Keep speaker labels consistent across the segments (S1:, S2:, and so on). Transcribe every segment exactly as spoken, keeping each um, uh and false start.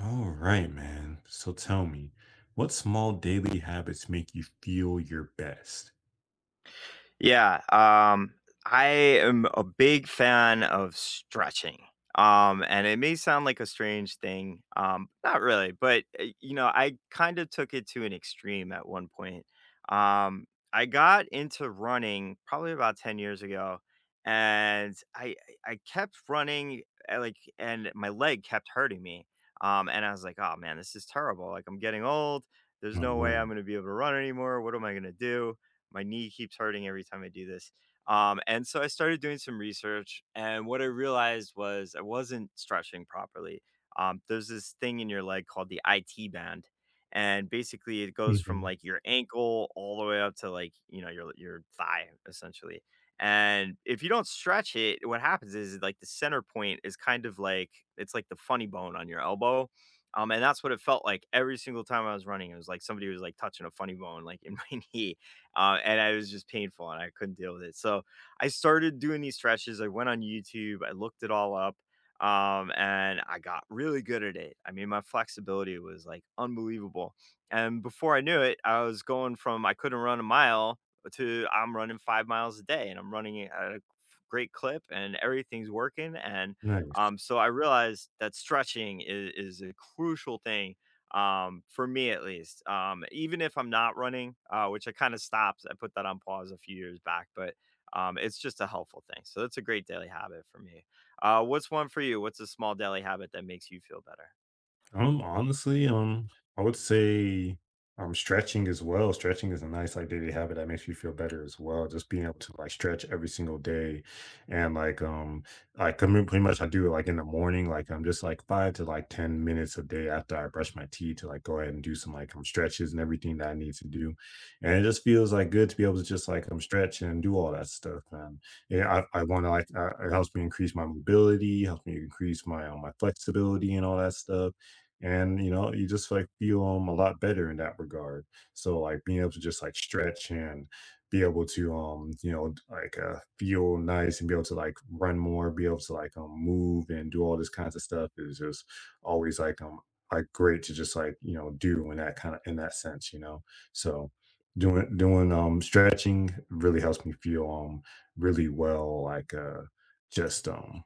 S1: All right, man. So tell me, what small daily habits make you feel your best?
S2: Yeah, um, I am a big fan of stretching. Um, and it may sound like a strange thing, um, not really, but uh, you know, I kind of took it to an extreme at one point. Um, I got into running probably about ten years ago, and I I I kept running I like and my leg kept hurting me. Um, and I was like, oh man, this is terrible. Like I'm getting old. There's
S1: Oh
S2: no way I'm
S1: man.
S2: gonna be able to run anymore. What am I gonna do? My knee keeps hurting every time I do this. Um, and so I started doing some research, and what I realized was I wasn't stretching properly. Um, there's this thing in your leg called the I T band, and basically it goes from
S1: Hmm.
S2: like your ankle all the way up to like you know your your thigh essentially. And if you don't stretch it, what happens is like the center point is kind of like it's like the funny bone on your elbow. Um, and that's what it felt like every single time I was running. It was like somebody was like touching a funny bone like in my knee uh, and I was just painful and I couldn't deal with it. So I started doing these stretches. I went on YouTube, I looked it all up, um, and I got really good at it. I mean, my flexibility was like unbelievable. And before I knew it, I was going from I couldn't run a mile to I'm running five miles a day and I'm running it at a great clip and everything's working. And
S1: Nice.
S2: um, so I realized that stretching is, is a crucial thing um, for me at least. Um, even if I'm not running, uh, which I kind of stopped, I put that on pause a few years back, but um, it's just a helpful thing. So that's a great daily habit for me. Uh, what's one for you? What's a small daily habit that makes you feel better?
S1: Um, honestly, um, I would say um stretching as well. Stretching is a nice like daily habit that makes you feel better as well. Just being able to like stretch every single day and like um like I mean pretty much I do it like in the morning, like I'm just like five to like ten minutes a day after I brush my teeth to like go ahead and do some like um stretches and everything that I need to do. And it just feels like good to be able to just like um stretch and do all that stuff. And yeah, I, I want to like uh, it helps me increase my mobility, helps me increase my um, my flexibility and all that stuff and you know you just like feel um a lot better in that regard so like being able to just like stretch and be able to um you know like uh feel nice and be able to like run more be able to like um move and do all this kinds of stuff is just always like um like great to just like you know do in that kind of in that sense you know so doing doing um stretching really helps me feel um really well like uh just um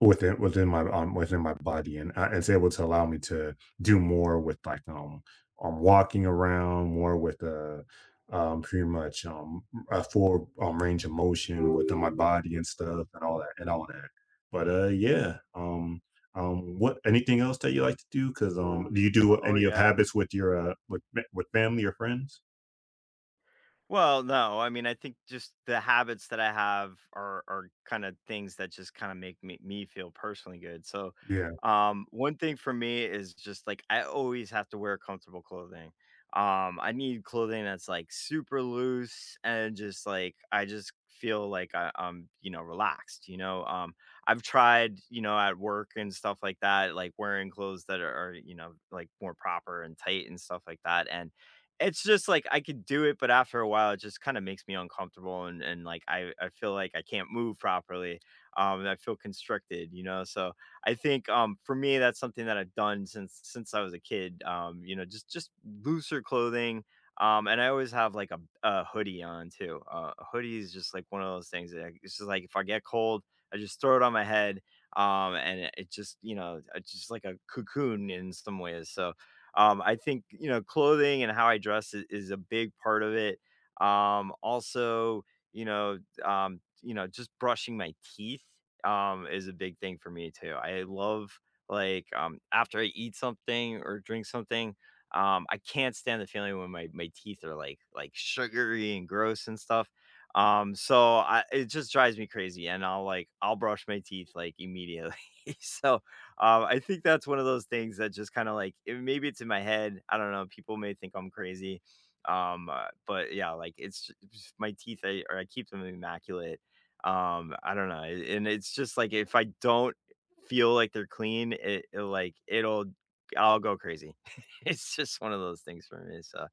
S1: Within within my, um within my body, and, uh, it's able to allow me to do more with, like, um, um, walking around more with, uh, um, pretty much, um, a full, um, range of motion within my body and stuff and all that and all that. But, uh, yeah, um, um, what anything else that you like to do because um, do you do
S2: Oh
S1: any of
S2: yeah.
S1: habits with your, uh, with with family or friends?
S2: Well, no, I mean, I think just the habits that I have are are kind of things that just kind of make me, me feel personally good. So,
S1: Yeah.
S2: um, one thing for me is just like I always have to wear comfortable clothing. Um, I need clothing that's like super loose and just like I just feel like I, I'm, you know, relaxed. You know, um, I've tried, you know, at work and stuff like that, like wearing clothes that are, are, you know, like more proper and tight and stuff like that, and it's just like I could do it, but after a while, it just kind of makes me uncomfortable, and and like I I feel like I can't move properly, um, and I feel constricted, you know. So I think um for me, that's something that I've done since since I was a kid. Um, you know, just just looser clothing. Um, and I always have like a, a hoodie on too. Uh, a hoodie is just like one of those things that I, it's just like if I get cold, I just throw it on my head. Um, and it, it just you know it's just like a cocoon in some ways. So um, I think, you know, clothing and how I dress is, is a big part of it. Um, also, you know, um, you know, just brushing my teeth um is a big thing for me too. I love like um after I eat something or drink something, um, I can't stand the feeling when my, my teeth are like like sugary and gross and stuff. Um, so I it just drives me crazy and I'll like I'll brush my teeth like immediately. so um, I think that's one of those things that just kind of like it, maybe it's in my head. I don't know. People may think I'm crazy. Um, uh, but yeah, like it's just, my teeth, I, or I keep them immaculate. Um, I don't know. And it's just like if I don't feel like they're clean, it, it like it'll I'll go crazy. It's just one of those things for me. So,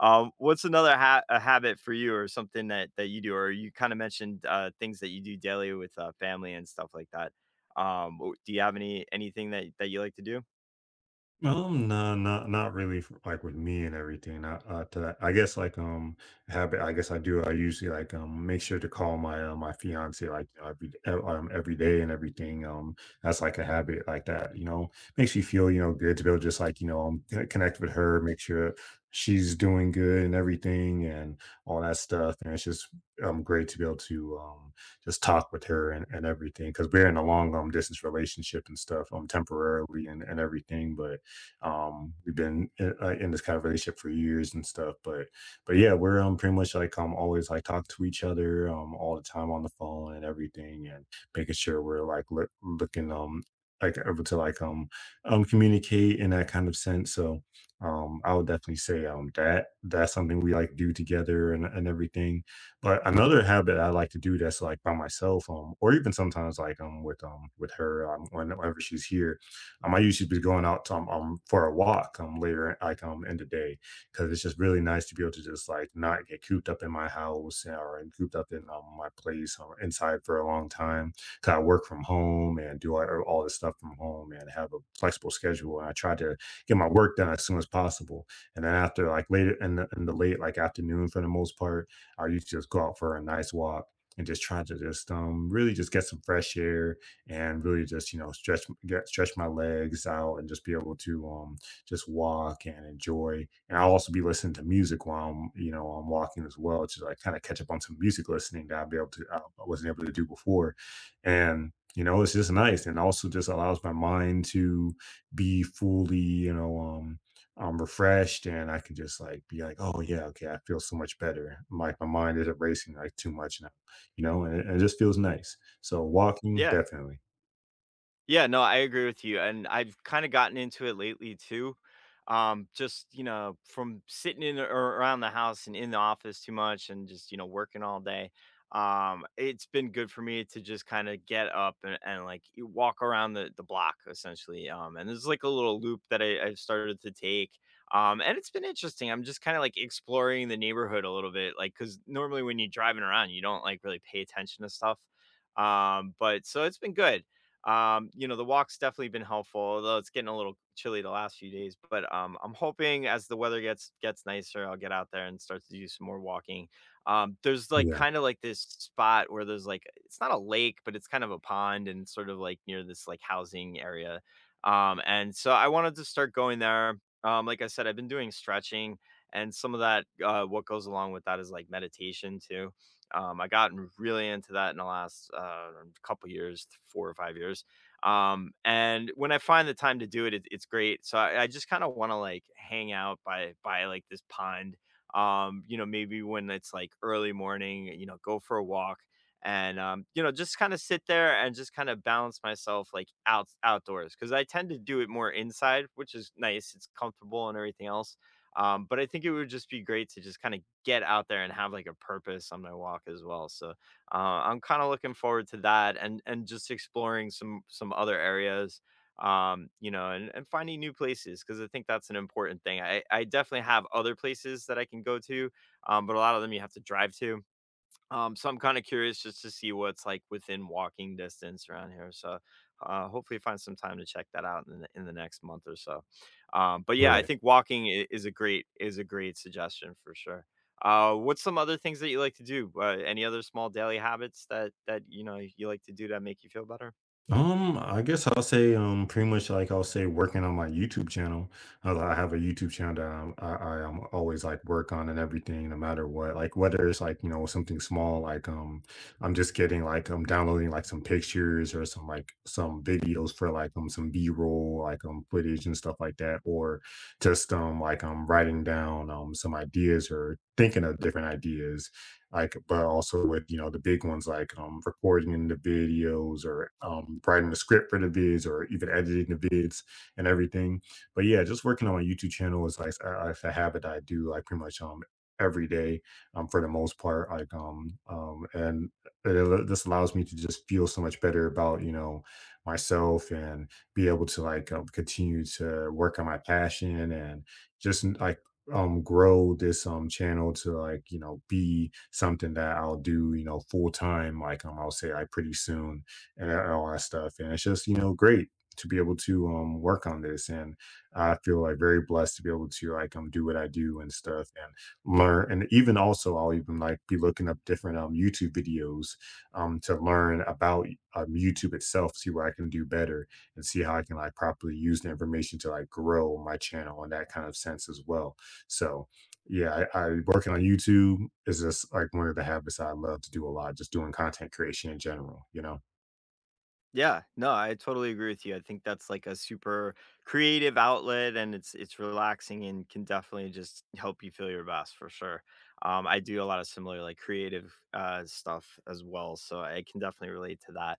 S2: um, what's another ha- a habit for you, or something that that you do, or you kind of mentioned uh, things that you do daily with uh, family and stuff like that? Um, w do you have any anything that that you like to do?
S1: Um, no, not not really f- like with me and everything. I, uh, to that, I guess like um habit. I guess I do. I usually like um make sure to call my uh, my fiance like you know, every e- um every day and everything. Um, that's like a habit like that. You know, makes me feel you know good to be able to just like you know um, c- connect with her, make sure she's doing good and everything and all that stuff. And it's just um great to be able to um just talk with her, and, and everything because we're in a long um distance relationship and stuff um temporarily and and everything, but um, we've been in, uh, in this kind of relationship for years and stuff, but but yeah, we're um pretty much like um always like talk to each other um all the time on the phone and everything, and making sure we're like look, looking um like able to like um um communicate in that kind of sense. So um I would definitely say um that that's something we like do together and and everything. But another habit I like to do that's like by myself, um, or even sometimes like um with um with her um whenever she's here, um, I usually be going out um, um for a walk um later like um in the day because it's just really nice to be able to just like not get cooped up in my house uh, or and cooped up in um, my place or inside for a long time. Cause I work from home and do all, all this stuff from home and have a flexible schedule. And I try to get my work done as soon as possible. And then after like later in the, in the late like afternoon for the most part, I usually just go out for a nice walk and just try to just um really just get some fresh air and really just you know stretch get stretch my legs out and just be able to um just walk and enjoy. And I'll also be listening to music while I'm you know I'm walking as well to like kind of catch up on some music listening that I'll be able to uh, I wasn't able to do before, and you know it's just nice and also just allows my mind to be fully you know um I'm refreshed and I can just like be like, oh yeah, okay, I feel so much better. Like my mind isn't racing like too much now, you know, and it, it just feels nice. So walking,
S2: Yeah.
S1: definitely.
S2: Yeah, no, I agree with you, and I've kinda gotten into it lately too. Um, just, you know, from sitting in or around the house and in the office too much and just, you know, working all day, um, it's been good for me to just kinda get up and and, like, you walk around the the block essentially, um, and there's, like, a little loop that I I've started to take, um, and it's been interesting. I'm just kinda, like, exploring the neighborhood a little bit, like because normally when you're driving around, you don't, like, really pay attention to stuff, um, but so it's been good. Um, you know, the walk's definitely been helpful, although it's getting a little chilly the last few days. But um, I'm hoping as the weather gets gets nicer, I'll get out there and start to do some more walking. Um, there's like
S1: Yeah,
S2: kind of like this spot where there's like it's not a lake, but it's kind of a pond and sort of like near this like housing area. Um, and so I wanted to start going there. Um, like I said, I've been doing stretching, and some of that uh, what goes along with that is like meditation too. Um, I gotten really into that in the last uh, couple years, four or five years. Um, and when I find the time to do it, it it's great. So I, I just kind of want to like hang out by by like this pond. Um, you know, maybe when it's like early morning, you know, go for a walk and um, you know, just kind of sit there and just kind of balance myself like out outdoors because I tend to do it more inside, which is nice. It's comfortable and everything else um, but I think it would just be great to just kind of get out there and have like a purpose on my walk as well. So uh, I'm kind of looking forward to that and and just exploring some some other areas um you know and, and finding new places because I think that's an important thing i i definitely have other places that I can go to um but a lot of them you have to drive to um, so I'm kind of curious just to see what's like within walking distance around here. So uh, hopefully find some time to check that out in the, in the next month or so. Um, but yeah, I
S1: right.
S2: think walking i- is a great is a great suggestion for sure. Uh, what's some other things that you like to do? Uh, any other small daily habits that that you know you like to do that make you feel better?
S1: Um, I guess I'll say um pretty much like I'll say working on my YouTube channel. I I have a YouTube channel that I'm, I I am always like work on and everything, no matter what. Like whether it's like you know something small, like um I'm just getting like I'm downloading like some pictures or some like some videos for like um some B roll like um footage and stuff like that, or just um like I'm writing down um some ideas or thinking of different ideas, like but also with you know the big ones like um recording the videos or um writing the script for the vids or even editing the vids and everything, but yeah just working on my YouTube channel is like a, a habit I do like pretty much um every day um for the most part like um um and it, al- this allows me to just feel so much better about you know myself and be able to like um, continue to work on my passion and just like um grow this um channel to like you know be something that I'll do you know full time like um I'll say I pretty soon and a- all that stuff and it's just you know great to be able to um work on this and I feel like very blessed to be able to like um do what I do and stuff and learn and even also I'll even like be looking up different um YouTube videos um to learn about um YouTube itself, see what I can do better and see how I can like properly use the information to like grow my channel in that kind of sense as well. So, yeah, I, I working on YouTube is just like one of the habits I love to do a lot, just doing content creation in general, you know?
S2: Yeah, no, I totally agree with you. I think that's like a super creative outlet and it's it's relaxing and can definitely just help you feel your best for sure. Um, I do a lot of similar like creative uh, stuff as well, so I can definitely relate to that.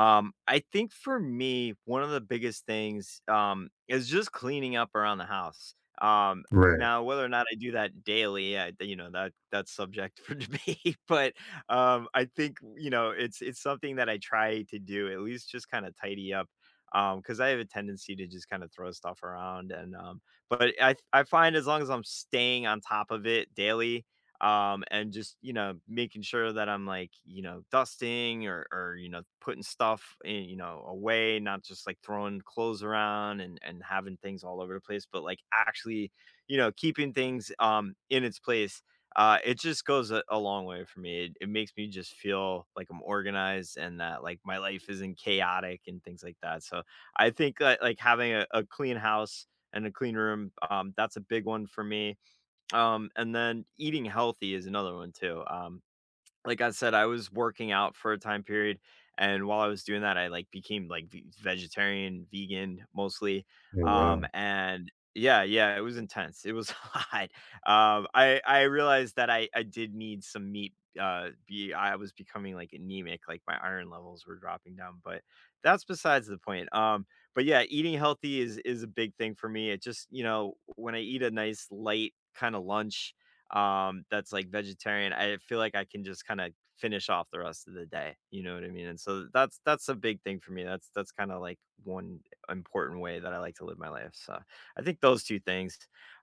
S2: Um, I think for me, one of the biggest things, um, is just cleaning up around the house. Um,
S1: Right.
S2: now whether or not I do that daily, I, you know, that that's subject for debate, but, um, I think, you know, it's it's something that I try to do, at least just kinda tidy up, because I have a tendency to just kinda throw stuff around and, um but I I find as long as I'm staying on top of it daily um and just you know making sure that I'm like you know dusting or or you know putting stuff in you know away not just like throwing clothes around and and having things all over the place but like actually you know keeping things um in its place uh it just goes a, a long way for me it, it makes me just feel like I'm organized and that like my life isn't chaotic and things like that so I think that, like having a, a clean house and a clean room um that's a big one for me um, and then eating healthy is another one too. Um, like I said, I was working out for a time period, and while I was doing that, I, like, became, like, v vegetarian, vegan, mostly,
S1: Oh,
S2: um,
S1: wow.
S2: and yeah, yeah, it was intense, it was hot. Um, I I realized that I I did need some meat, uh, be I was becoming, like, anemic, like, my iron levels were dropping down, but that's besides the point, um, but yeah, eating healthy is is a big thing for me, it just you know, when I eat a nice light kinda lunch um, that's like vegetarian, I feel like I can just kind of finish off the rest of the day. You know what I mean? And so that's that's a big thing for me. That's that's kind of like one important way that I like to live my life. So I think those two things.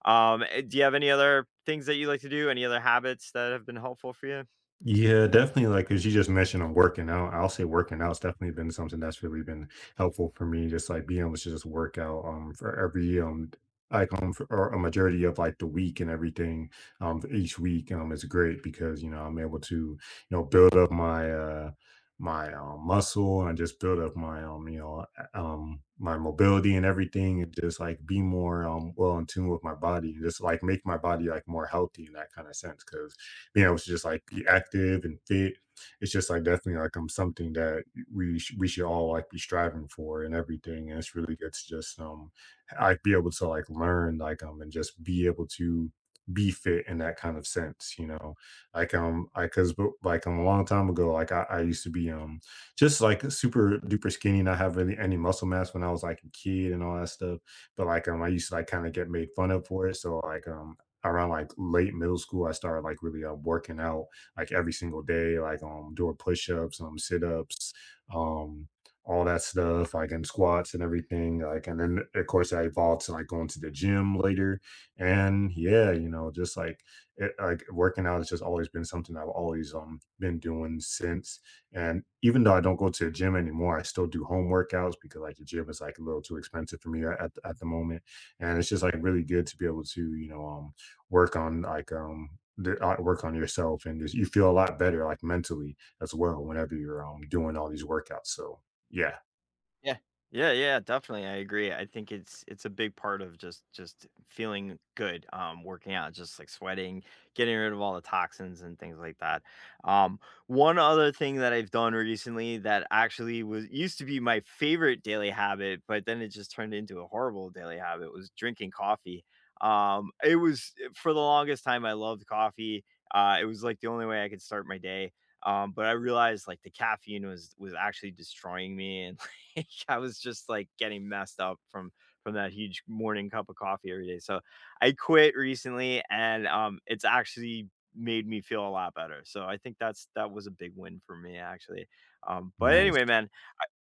S2: Um, eh, do you have any other things that you like to do? Any other habits that have been helpful for you?
S1: Yeah, definitely, like, as you just mentioned on working out, I'll say working out's definitely been something that's really been helpful for me, just, like, being able to just work out, um, for every, um, like, um, for or a majority of, like, the week and everything, um, for each week, um, is great because, you know, I'm able to, you know, build up my, uh, my, um, muscle and I just build up my, um, you know, a um, my mobility and everything and just, like, be more, um, well in tune with my body and just, like, make my body, like, more healthy in that kinda sense sense because being able to just like be active and fit. It's just like definitely like um something that we sh- we should all like be striving for and everything. And it's really good to just um like be able to like learn like um and just be able to be fit in that kind of sense, you know. Like um I cause bu- like um a long time ago, like I, I used to be um just like super duper skinny, not have really any muscle mass when I was like a kid and all that stuff. But like um I used to like kind of get made fun of for it. So like um around like late middle school, I started like really uh, working out like every single day, like um doing push ups, um sit ups, um all that stuff, like and squats and everything. Like and then of course I evolved to like going to the gym later. And yeah, you know, just like it, like working out has just always been something I've always um been doing since. And even though I don't go to the gym anymore, I still do home workouts because like the gym is like a little too expensive for me at, at the moment. And it's just like really good to be able to, you know, um work on like um the uh, work on yourself and just, you feel a lot better like mentally as well whenever you're um doing all these workouts so yeah.
S2: Yeah. Yeah, yeah, definitely. I agree. I think it's it's a big part of just just feeling good, um, working out, just like sweating, getting rid of all the toxins and things like that. Um, One other thing that I've done recently that actually was used to be my favorite daily habit, but then it just turned into a horrible daily habit was drinking coffee. Um, it was eh, for the longest time I loved coffee. Uh, it was like the only way I could start my day. Um, but I realized like the caffeine was was actually destroying me and I was just, like, getting messed up from from that huge morning cup of coffee every day, so I quit recently, and, um, it's actually made me feel a lot better, so I think that's that was a big win for me, actually, um, but
S1: Nice.
S2: anyway, man,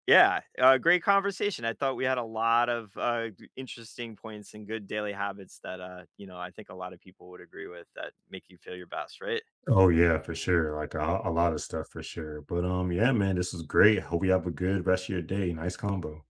S2: yeah, uh, great conversation. I thought we had a lot of, uh, interesting points and good daily habits that, uh, you know, I think a lot of people would agree with that make you feel your best, right?
S1: Oh yeah for sure like a, a lot of stuff for sure but um yeah man this was great, hope you have a good rest of your day. Nice combo.